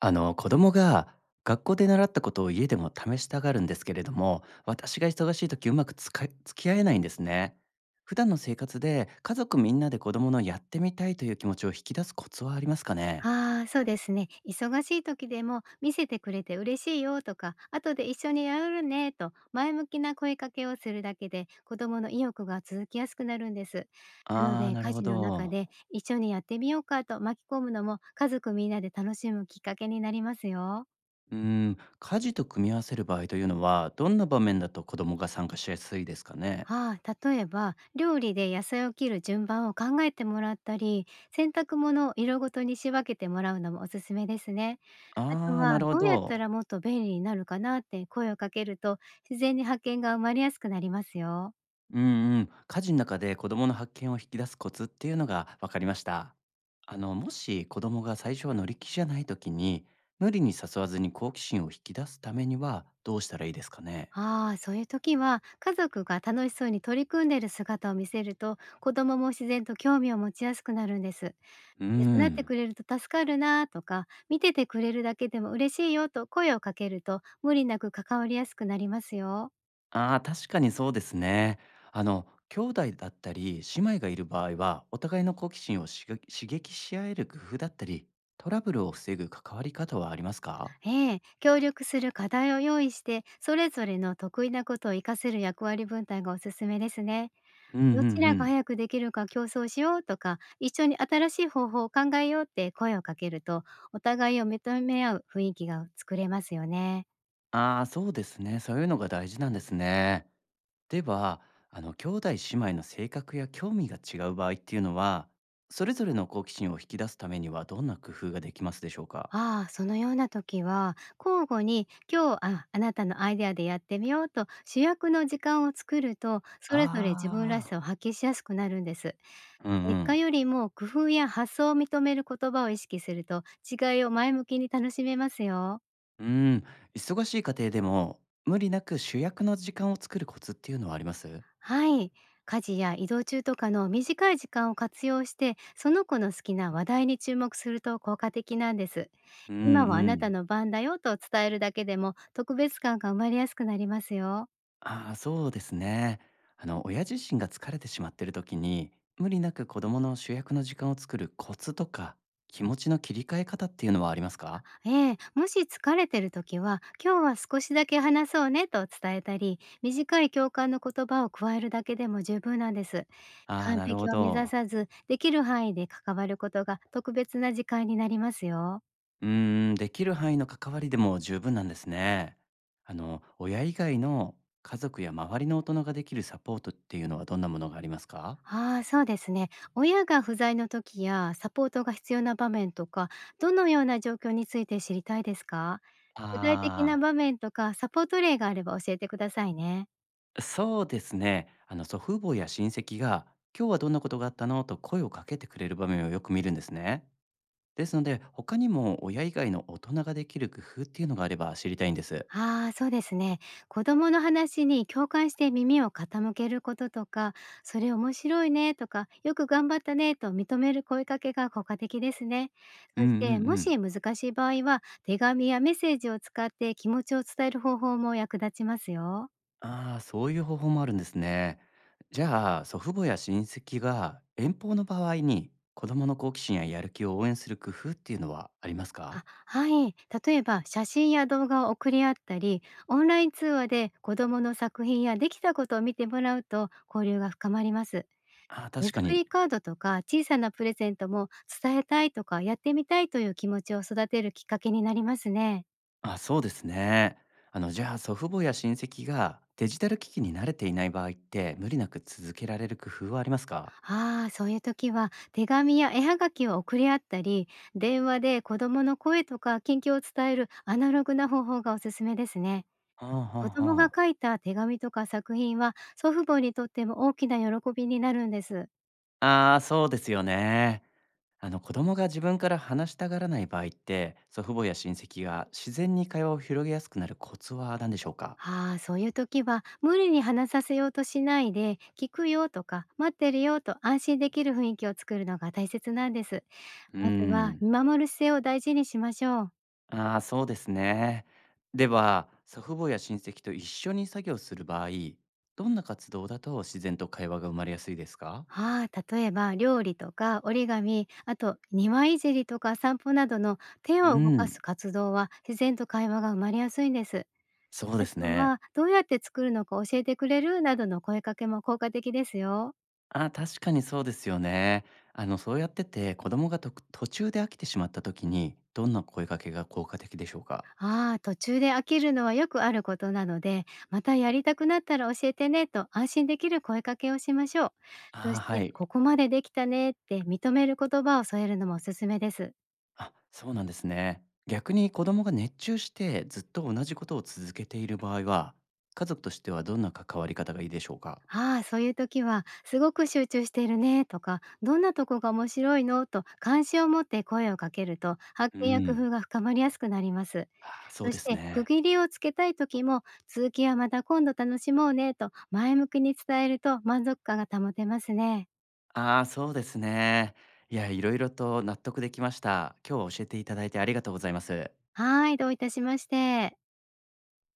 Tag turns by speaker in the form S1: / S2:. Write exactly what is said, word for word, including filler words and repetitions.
S1: あの、子供が学校で習ったことを家でも試したがるんですけれども、私が忙しい時うまくつか付き合えないんですね。普段の生活で家族みんなで子供のやってみたいという気持ちを引き出すコツはありますかね？
S2: ああ、そうですね。忙しい時でも見せてくれて嬉しいよとか、後で一緒にやるねと前向きな声かけをするだけで子供の意欲が続きやすくなるんです。なの
S1: あー、
S2: で、
S1: なる
S2: 家
S1: ほ
S2: 事の中
S1: ど。
S2: で一緒にやってみようかと巻き込むのも、家族みんなで楽しむきっかけになりますよ。
S1: うーん、家事と組み合わせる場合というのはどんな場面だと子供が参加しやすいですかね？
S2: ああ、例えば料理で野菜を切る順番を考えてもらったり、洗濯物を色ごとに仕分けてもらうのもおすすめですね。あと
S1: あー、
S2: は、
S1: なるほ
S2: どうやった
S1: ど。
S2: らもっと便利になるかなって声をかけると、自然に発見が生まれやすくなりますよ。
S1: うんうん、家事の中で子供の発見を引き出すコツっていうのが分かりました。あの、もし子供が最初は乗り気じゃない時に、無理に誘わずに好奇心を引き出すためにはどうしたらいいですかね。
S2: ああ、そういう時は、家族が楽しそうに取り組んでいる姿を見せると、子供も自然と興味を持ちやすくなるんです。
S1: う
S2: 手伝って
S1: ん。
S2: くれると助かるなとか、見ててくれるだけでも嬉しいよと声をかけると、無理なく関わりやすくなりますよ。
S1: ああ、確かにそうですね。あの、兄弟だったり姉妹がいる場合は、お互いの好奇心をしが刺激し合える工夫だったり、トラブルを防ぐ関わり方はありますか？
S2: ええ、協力する課題を用意して、それぞれの得意なことを活かせる役割分担がおすすめですね。
S1: うんうん。う
S2: どちらが
S1: ん。
S2: 早くできるか競争しようとか、一緒に新しい方法を考えようって声をかけると、お互いを認め合う雰囲気が作れますよね。
S1: ああ、そうですね。そういうのが大事なんですね。では、あの、兄弟姉妹の性格や興味が違う場合っていうのは、それぞれの好奇心を引き出すためにはどんな工夫ができますでしょうか？
S2: ああ、そのような時は、交互に今日、あ、あなたのアイデアでやってみようと主役の時間を作ると、それぞれ自分らし
S1: あ
S2: さを発揮しやすくなるんです。
S1: あー、うん
S2: 結
S1: う
S2: 果
S1: ん。
S2: よりも工夫や発想を認める言葉を意識すると、違いを前向きに楽しめますよ。
S1: うん、忙しい家庭でも無理なく主役の時間を作るコツっていうのはあります？
S2: はい。家事や移動中とかの短い時間を活用して、その子の好きな話題に注目すると効果的なんです。
S1: うん
S2: 今はあ
S1: う
S2: な
S1: ん。
S2: たの番だよと伝えるだけでも、特別感が生まれやすくなりますよ。
S1: ああー、そうですね。あの、親自身が疲れてしまっている時に、無理なく子供の主役の時間を作るコツとか気持ちの切り替え方っていうのはありますか？
S2: ええ、もし疲れてる時は、今日は少しだけ話そうねと伝えたり、短い共感の言葉を加えるだけでも十分なんです。
S1: ああー、
S2: 完
S1: なるほ
S2: 璧を目指
S1: ど。
S2: さず、できる範囲で関わることが特別な時間になりますよ。
S1: うーん、できる範囲の関わりでも十分なんですね。あの、親以外の家族や周りの大人ができるサポートっていうのはどんなものがありますか？
S2: ああ、そうですね。親が不在の時やサポートが必要な場面とか、どのような状況について知りたいですか？具体的な
S1: ああ
S2: 場面とかサポート例があれば教えてくださいね。
S1: ー、そうですね。あの、祖父母や親戚が、今日はどんなことがあったのと声をかけてくれる場面をよく見るんですね。ですので、他にも親以外の大人ができる工夫っていうのがあれば知りたいんです。
S2: ああ、そうですね。子供の話に共感して耳を傾けることとか、それ面白いねとか、よく頑張ったねと認める声かけが効果的ですね。
S1: うん
S2: そ
S1: う
S2: して、も
S1: ん。
S2: し難しい場合は、手紙やメッセージを使って気持ちを伝える方法も役立ちますよ。
S1: ああ、そういう方法もあるんですね。じゃあ、祖父母や親戚が遠方の場合に子供の好奇心ややる気を応援する工夫っていうのはありますか？
S2: あ、はい。例えば、写真や動画を送り合ったり、オンライン通話で子供の作品やできたことを見てもらうと、交流が深まります。
S1: ああ、
S2: 手
S1: 確か
S2: 作
S1: に。
S2: りカードとか小さなプレゼントも、伝えたいとかやってみたいという気持ちを育てるきっかけになりますね。
S1: あ、そうですね。あの、じゃあ、祖父母や親戚がデジタル機器に慣れていない場合って、無理なく続けられる工夫はありますか？
S2: ああ、そういう時は、手紙や絵はがきを送り合ったり、電話で子供の声とか近況を伝えるアナログな方法がおすすめですね。
S1: はあ、
S2: 子
S1: はあ、
S2: 供
S1: は
S2: が
S1: あ。
S2: 書いた手紙とか作品は、祖父母にとっても大きな喜びになるんです。
S1: ああ、そうですよね。あの、子供が自分から話したがらない場合って、祖父母や親戚が自然に会話を広げやすくなるコツは何でしょうか？
S2: ああ、そういう時は、無理に話させようとしないで、聞くよとか待ってるよと安心できる雰囲気を作るのが大切なんです。
S1: うー
S2: まずは
S1: ん。
S2: 見守る姿勢を大事にしましょう。
S1: ああ、そうですね。では、祖父母や親戚と一緒に作業する場合、どんな活動だと自然と会話が生まれやすいですか？
S2: ああ、例えば料理とか折り紙、あと庭いじりとか散歩などの手
S1: う
S2: を動かす
S1: ん、
S2: 活動は、自然と会話が生まれやすいんです。
S1: そうで
S2: あ
S1: す
S2: と
S1: ね。
S2: は、どうやって作るのか教えてくれる？などの声かけも効果的ですよ。
S1: あ、確かにそうですよね。あの、そうやってて子供がと途中で飽きてしまった時に、どんな声かけが効果的でしょうか？
S2: ああ、途中で飽きるのはよくあることなので、またやりたくなったら教えてねと安心できる声かけをしましょう。そ
S1: ああ、
S2: し
S1: は
S2: て、
S1: い。
S2: ここまでできたねって認める言葉を添えるのもおすすめです。
S1: あ、そうなんですね。逆に子供が熱中してずっと同じことを続けている場合は、家族としてはどんな関わり方がいいでしょうか？
S2: ああ、そういう時は、「すごく集中しているね」とか「どんなとこが面白いの？」と関心を持って声をかけると、発
S1: う
S2: 見や工
S1: ん。
S2: 夫が深まりやすくなります。
S1: ああ、そう
S2: そ
S1: で
S2: し
S1: す
S2: て、区
S1: ね。
S2: 切りをつけたい時も「続きはまた今度楽しもうね」と前向きに伝えると、満足感が保てますね。
S1: ああ、そうですね。いや、いろいろと納得できました。今日は教えていただいてありがとうございます。
S2: はい、どういたしまして。